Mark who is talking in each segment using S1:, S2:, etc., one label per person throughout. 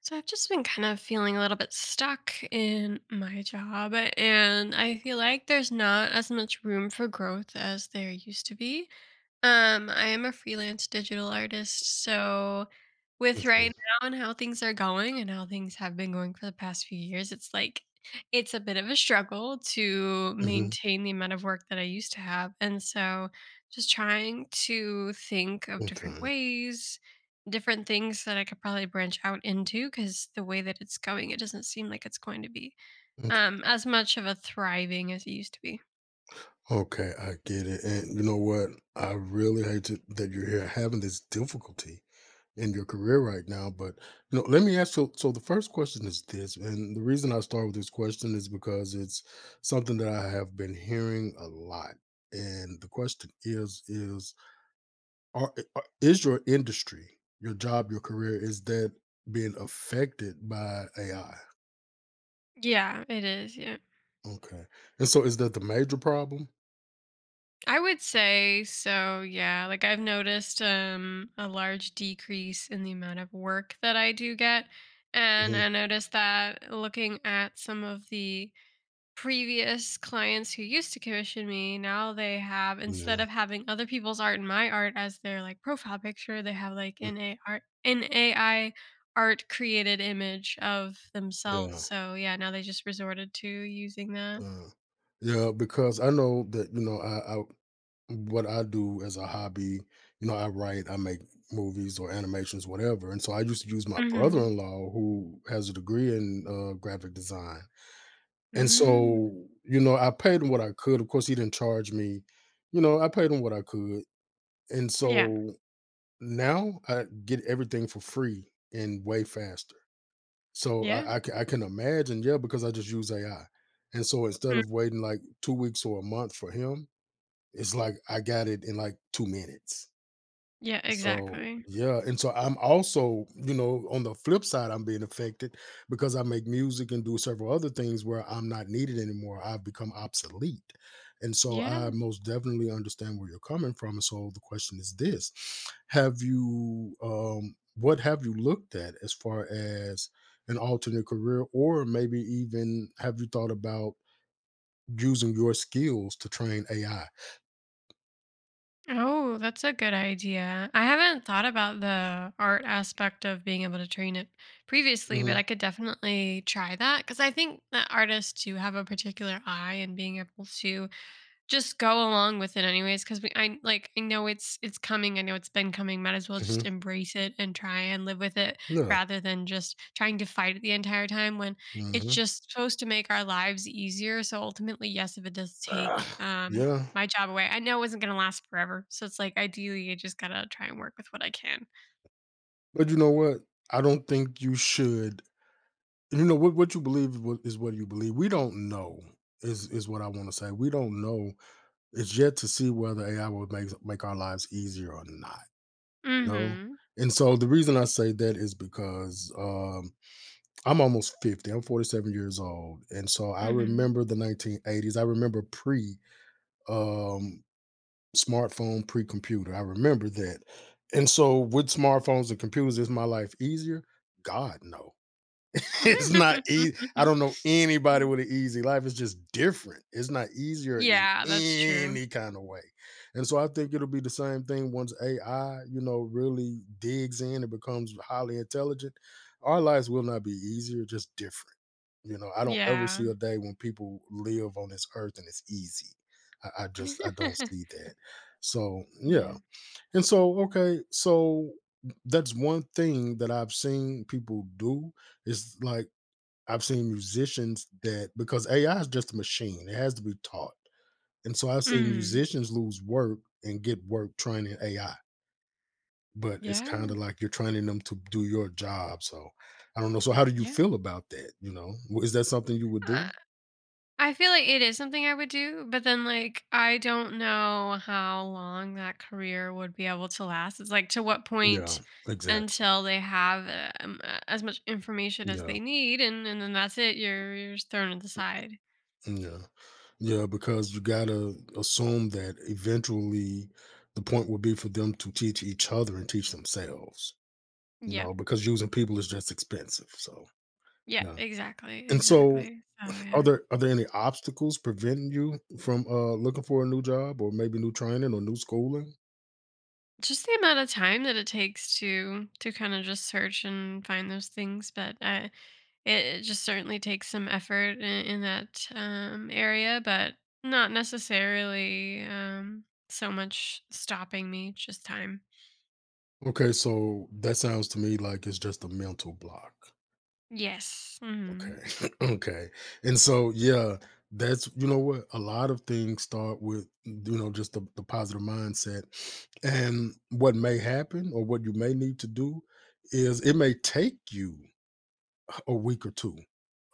S1: So I've just been kind of feeling a little bit stuck in my job, and I feel like there's not as much room for growth as there used to be. I am a freelance digital artist, so with right
S2: Mhm,
S1: now and how things are going and how things have been going for the past few years, it's like it's a bit of a struggle to
S2: mhm,
S1: maintain the amount of work that I used to have. And so just trying to think of different
S2: okay,
S1: ways, different things that I could probably branch out into because the way that it's going, it doesn't seem like it's going to be
S2: okay.
S1: as much of a thriving as it used to be.
S2: Okay, I get it, and you know what? I really hate that you're here having this difficulty in your career right now, but, you know, let me ask you so the first question is this, and the reason I start with this question is because it's something that I have been hearing a lot, and the question is, are I is your industry, your job, your career, is that being affected by AI?
S1: Yeah, it is. Yeah.
S2: Okay, and so is that the major problem?
S1: I would say so, yeah. Like I've noticed a large decrease in the amount of work that I do get. And
S2: Mhm,
S1: I noticed that looking at some of the previous clients who used to commission me, now they have
S2: yeah,
S1: instead
S2: mm-hmm.
S1: of having other people's art and my art as their like profile picture, they have like an AI art created image of themselves.
S2: Yeah,
S1: So yeah, now they just resorted to using that.
S2: uh, yeah, because I know that you know I what I do as a hobby, you know, I write, I make movies or animations, whatever, and so I used to use my
S1: Mm-hmm.
S2: brother-in-law who has a degree in graphic design, and
S1: Mm.
S2: so you know I paid him what I could. Of course, he didn't charge me, you know, I paid him what I could, and
S1: Yeah.
S2: so now I get everything for free and way faster. So
S1: Yeah.
S2: I can imagine, yeah, because I just use AI, and so instead of waiting, like, 2 weeks or a month for him, it's like I got it in, like, 2 minutes.
S1: Yeah,
S2: So,
S1: exactly.
S2: yeah, and so I'm also, you know, on the flip side, I'm being affected because I make music and do several other things where I'm not needed anymore. I've become obsolete. And so I
S1: Yeah.
S2: most definitely understand where you're coming from. And so the question is this, have you what have you looked at as far as an alternate career, or maybe even have you thought about using your skills to train AI?
S1: Oh, that's a good idea. I haven't thought about the art aspect of being able to train it previously, but
S2: Mhm.
S1: I could definitely try that because I think that artists do have a particular eye and being able to just go along with it anyways because we I like I know it's coming. I know it's been coming. Might as well just
S2: Mhm.
S1: embrace it and try and live with it
S2: Yeah.
S1: rather than just trying to fight it the entire time when it's
S2: Mhm.
S1: just supposed to make our lives easier. So ultimately, yes, if it does take
S2: Ugh. Yeah.
S1: my job away, I know it wasn't gonna last forever. So it's like ideally I just gotta try and work with what I can.
S2: But you know what? I don't think you should. You know what? What you believe is what you believe. We don't know. Is what I want to say. We don't know. It's yet to see whether AI will make our lives easier or not. No.
S1: Mhm.
S2: And so the reason I say that is because I'm almost 50. I'm 47 years old. And so I
S1: Mhm.
S2: remember the 1980s. I remember pre um, smartphone, pre computer. I remember that. And so with smartphones and computers, is my life easier? God, no. It's not easy. I don't know anybody with an easy life. It's just different. It's not easier in
S1: Yeah, that's true.
S2: any kind of way. And so I think it'll be the same thing once AI, you know, really digs in and becomes highly intelligent. Our lives will not be easier, just different. You know, I don't ever
S1: Yeah.
S2: see a day when people live on this earth and it's easy. I don't see that. So yeah.
S1: Yeah.
S2: And so okay, so that's one thing that I've seen people do is like I've seen musicians that because AI is just a machine, it has to be taught. And so I've seen
S1: Mhm.
S2: musicians lose work and get work training AI, but it's kind
S1: Yeah.
S2: of like you're training them to do your job. So I don't know. So how do you
S1: Yeah.
S2: feel about that? You know, is that something you would
S1: Uh,
S2: do?
S1: I feel like it is something I would do, but then like I don't know how long that career would be able to last. It's like to what
S2: Yeah,
S1: point
S2: exactly.
S1: until they have as much information as
S2: Yeah,
S1: they need, and then that's it. You're just thrown to the side.
S2: yeah, yeah. Because you gotta assume that eventually the point will be for them to teach each other and teach themselves. You
S1: Yeah,
S2: know, because using people is just expensive. So
S1: yeah,
S2: yeah.
S1: exactly,
S2: And so
S1: exactly. So
S2: Are
S1: yeah.
S2: there are there any obstacles preventing you from, looking for a new job or maybe new training or new schooling?
S1: Just the amount of time that it takes to kind of just search and find those things, but I it, it just certainly takes some effort in that area, but not necessarily so much stopping me, just time.
S2: Okay, so that sounds to me like it's just a mental block.
S1: Yes. Mm-hmm.
S2: Okay. Okay. And so, yeah, that's you know what? A lot of things start with, you know, just the positive mindset. And what may happen or what you may need to do is it may take you a week or two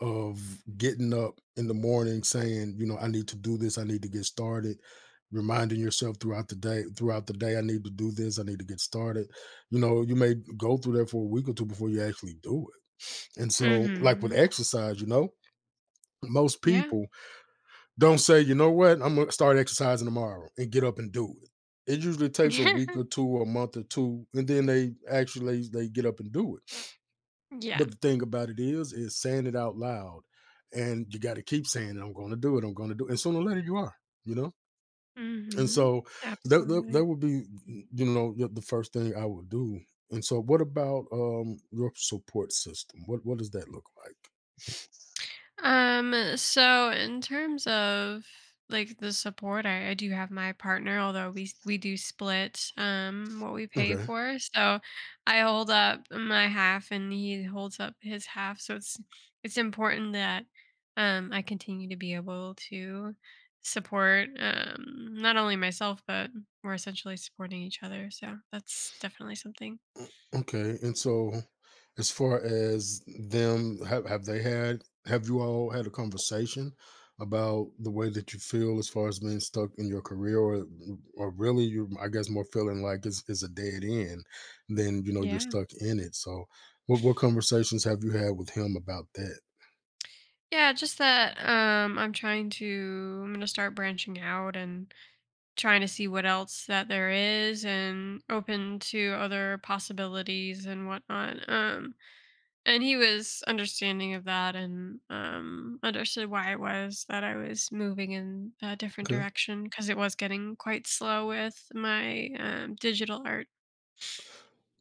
S2: of getting up in the morning saying, you know, I need to do this, I need to get started, reminding yourself throughout the day, I need to do this, I need to get started. You know, you may go through that for a week or two before you actually do it. And so, like with
S1: Mm-hmm.
S2: exercise, you know, most
S1: Yeah.
S2: people don't say, you know what, I'm gonna start exercising tomorrow and get up and do it. It usually takes a week
S1: yeah.
S2: or two, or a month or two, and then they actually they get up and do it.
S1: Yeah.
S2: But the thing about it is saying it out loud, and you got to keep saying it. I'm going to do it. I'm going to do it. And sooner or later, you are. You know. And
S1: Mm-hmm.
S2: so that
S1: Absolutely.
S2: would be, you know, the first thing I would do. And so, what about your support system? What does that look like?
S1: So in terms of like the support, I do have my partner, although we do split what we pay for. So I hold up my half and he holds up his half. So it's important that I continue to be able to support not only myself but we're essentially supporting each other. So that's definitely something.
S2: Okay, and so as far as them, have you all had a conversation about the way that you feel as far as being stuck in your career, or really you I guess more feeling like it's a dead end than you know you're
S1: Yeah.
S2: stuck in it. So what conversations have you had with him about that?
S1: Yeah, just that I'm trying to I'm gonna start branching out and trying to see what else that there is and open to other possibilities and whatnot. And he was understanding of that and understood why it was that I was moving in a different
S2: 'Kay.
S1: direction because it was getting quite slow with my digital art.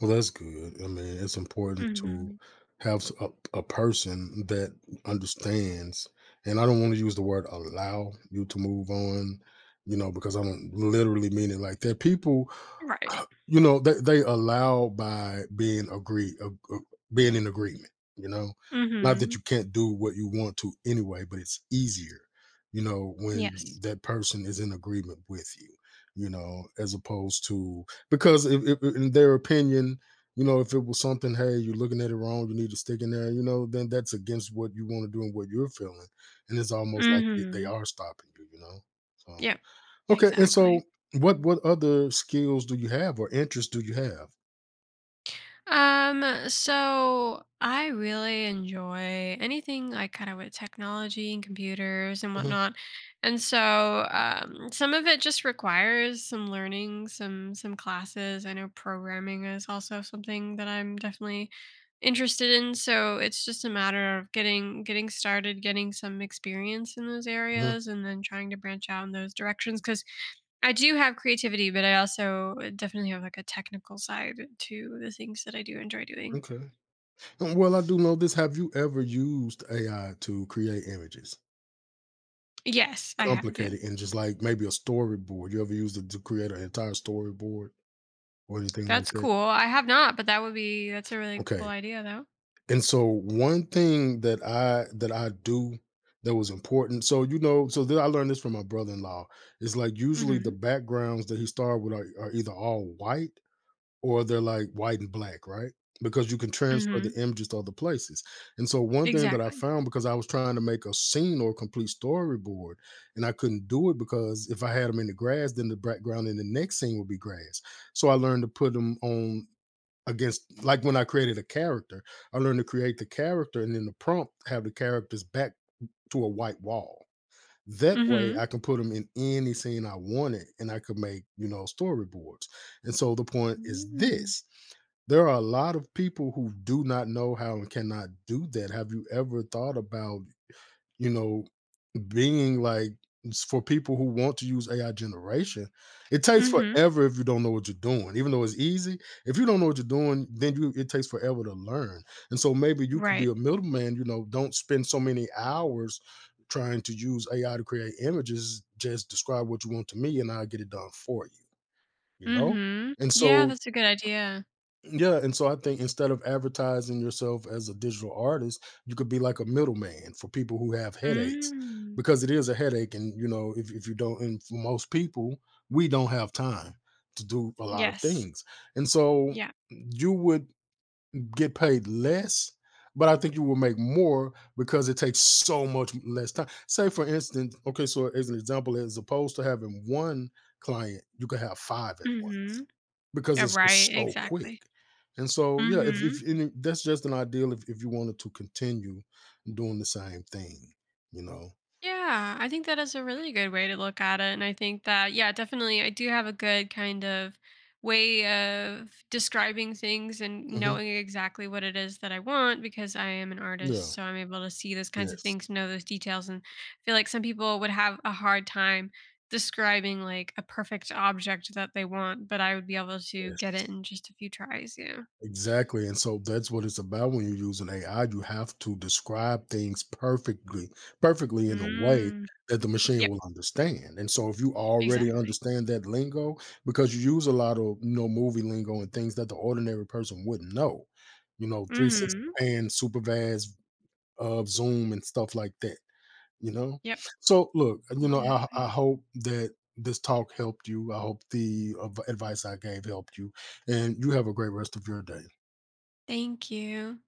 S2: Well, that's good. I mean, it's important to
S1: Hmm
S2: have s- a, a person that understands, and I don't want to use the word allow you to move on, you know, because I don't literally mean it like that. People
S1: Right.
S2: you know, they allow by being in agreement, you know? Not that
S1: hmm
S2: you can't do what you want to anyway, but it's easier, you know, when
S1: Yes.
S2: that person is in agreement with you, you know, as opposed to because if in their opinion, you know, if it was something, hey, you're looking at it wrong, you need to stick in there, you know, then that's against what you want to do and what you're feeling. And it's almost like they
S1: hmm
S2: are stopping you, you know? So.
S1: Yep.
S2: Okay, and
S1: Exactly.
S2: so what other skills do you have or interests do you have?
S1: So I really enjoy anything like kind of with technology and computers and
S2: Mhm,
S1: whatnot. And so some of it just requires some learning, some classes. I know programming is also something that I'm definitely interested in. So it's just a matter of getting started, getting some experience in those
S2: mhm,
S1: areas and then trying to branch out in those directions. I do have creativity, but I also definitely have like a technical side to the things that I do enjoy doing.
S2: okay. Well, I do know this. Have you ever used AI to create images?
S1: Yes, I have. Yeah.
S2: Complicated images, like maybe a storyboard. You ever used it to create an entire storyboard or anything like
S1: That's
S2: that?
S1: cool. I have not, but that would be that's a really cool
S2: Okay.
S1: idea though.
S2: And so one thing that I do that was important. So you know, so then I learned this from my brother-in-law. It's like usually the
S1: Mhm.
S2: backgrounds that he started with are either all white, or they're like white and black, right? Because you can transfer the
S1: Mhm.
S2: images to other places. And so one thing that I
S1: Exactly.
S2: found because I was trying to make a scene or a complete storyboard, and I couldn't do it because if I had them in the grass, then the background in the next scene would be grass. So I learned to put them on against like when I created a character, I learned to create the character and then the prompt have the characters back to a white wall. That way
S1: Mhm.
S2: I can put them in any scene I wanted and I could make, you know, storyboards. And so the point is
S1: Mm.
S2: this, there are a lot of people who do not know how and cannot do that. Have you ever thought about, you know, being like for people who want to use AI generation, it takes
S1: Mhm.
S2: forever if you don't know what you're doing. Even though it's easy, if you don't know what you're doing, then you it takes forever to learn. And so maybe you could
S1: Right.
S2: be a middleman, you know, don't spend so many hours trying to use AI to create images, just describe what you want to me and I'll get it done for you, you know?
S1: Mhm.
S2: And
S1: Yeah,
S2: so
S1: that's a good idea.
S2: yeah, and so I think instead of advertising yourself as a digital artist, you could be like a middleman for people who have headaches
S1: Mm.
S2: because it is a headache. And, you know, if you don't, and for most people, we don't have time to do a lot of
S1: Yes.
S2: things. And so
S1: Yeah.
S2: you would get paid less, but I think you will make more because it takes so much less time. Say, for instance, okay, so as an example, as opposed to having one client, you could have five at once
S1: Mhm.
S2: because
S1: Yeah,
S2: it's
S1: right,
S2: just so quick.
S1: exactly.
S2: And so, yeah,
S1: Mhm.
S2: if and it- that's just an ideal if you wanted to continue doing the same thing, you know.
S1: Yeah, I think that is a really good way to look at it. And I think that, yeah, definitely, I do have a good kind of way of describing things and
S2: Mhm.
S1: knowing exactly what it is that I want because I am an
S2: Yeah.
S1: artist. So I'm able to see those kinds of
S2: Yes.
S1: things, know those details. And I feel like some people would have a hard time describing like a perfect object that they want, but I would be able to get it
S2: Yes.
S1: in just a few tries. Yeah.
S2: Exactly. And so that's what it's about when you're using AI. You have to describe things perfectly, perfectly in a way
S1: Mm.
S2: that the machine
S1: Yep,
S2: will understand. And so if you already
S1: exactly.
S2: understand that lingo, because you use a lot of you know movie lingo and things that the ordinary person wouldn't know, you know, 360
S1: Mm-hmm.
S2: pan, super vast, zoom and stuff like that, you know.
S1: Yep,
S2: So look, you know, I
S1: exactly.
S2: hope that this talk helped you. I hope the advice I gave helped you. And you have a great rest of your day.
S1: Thank you.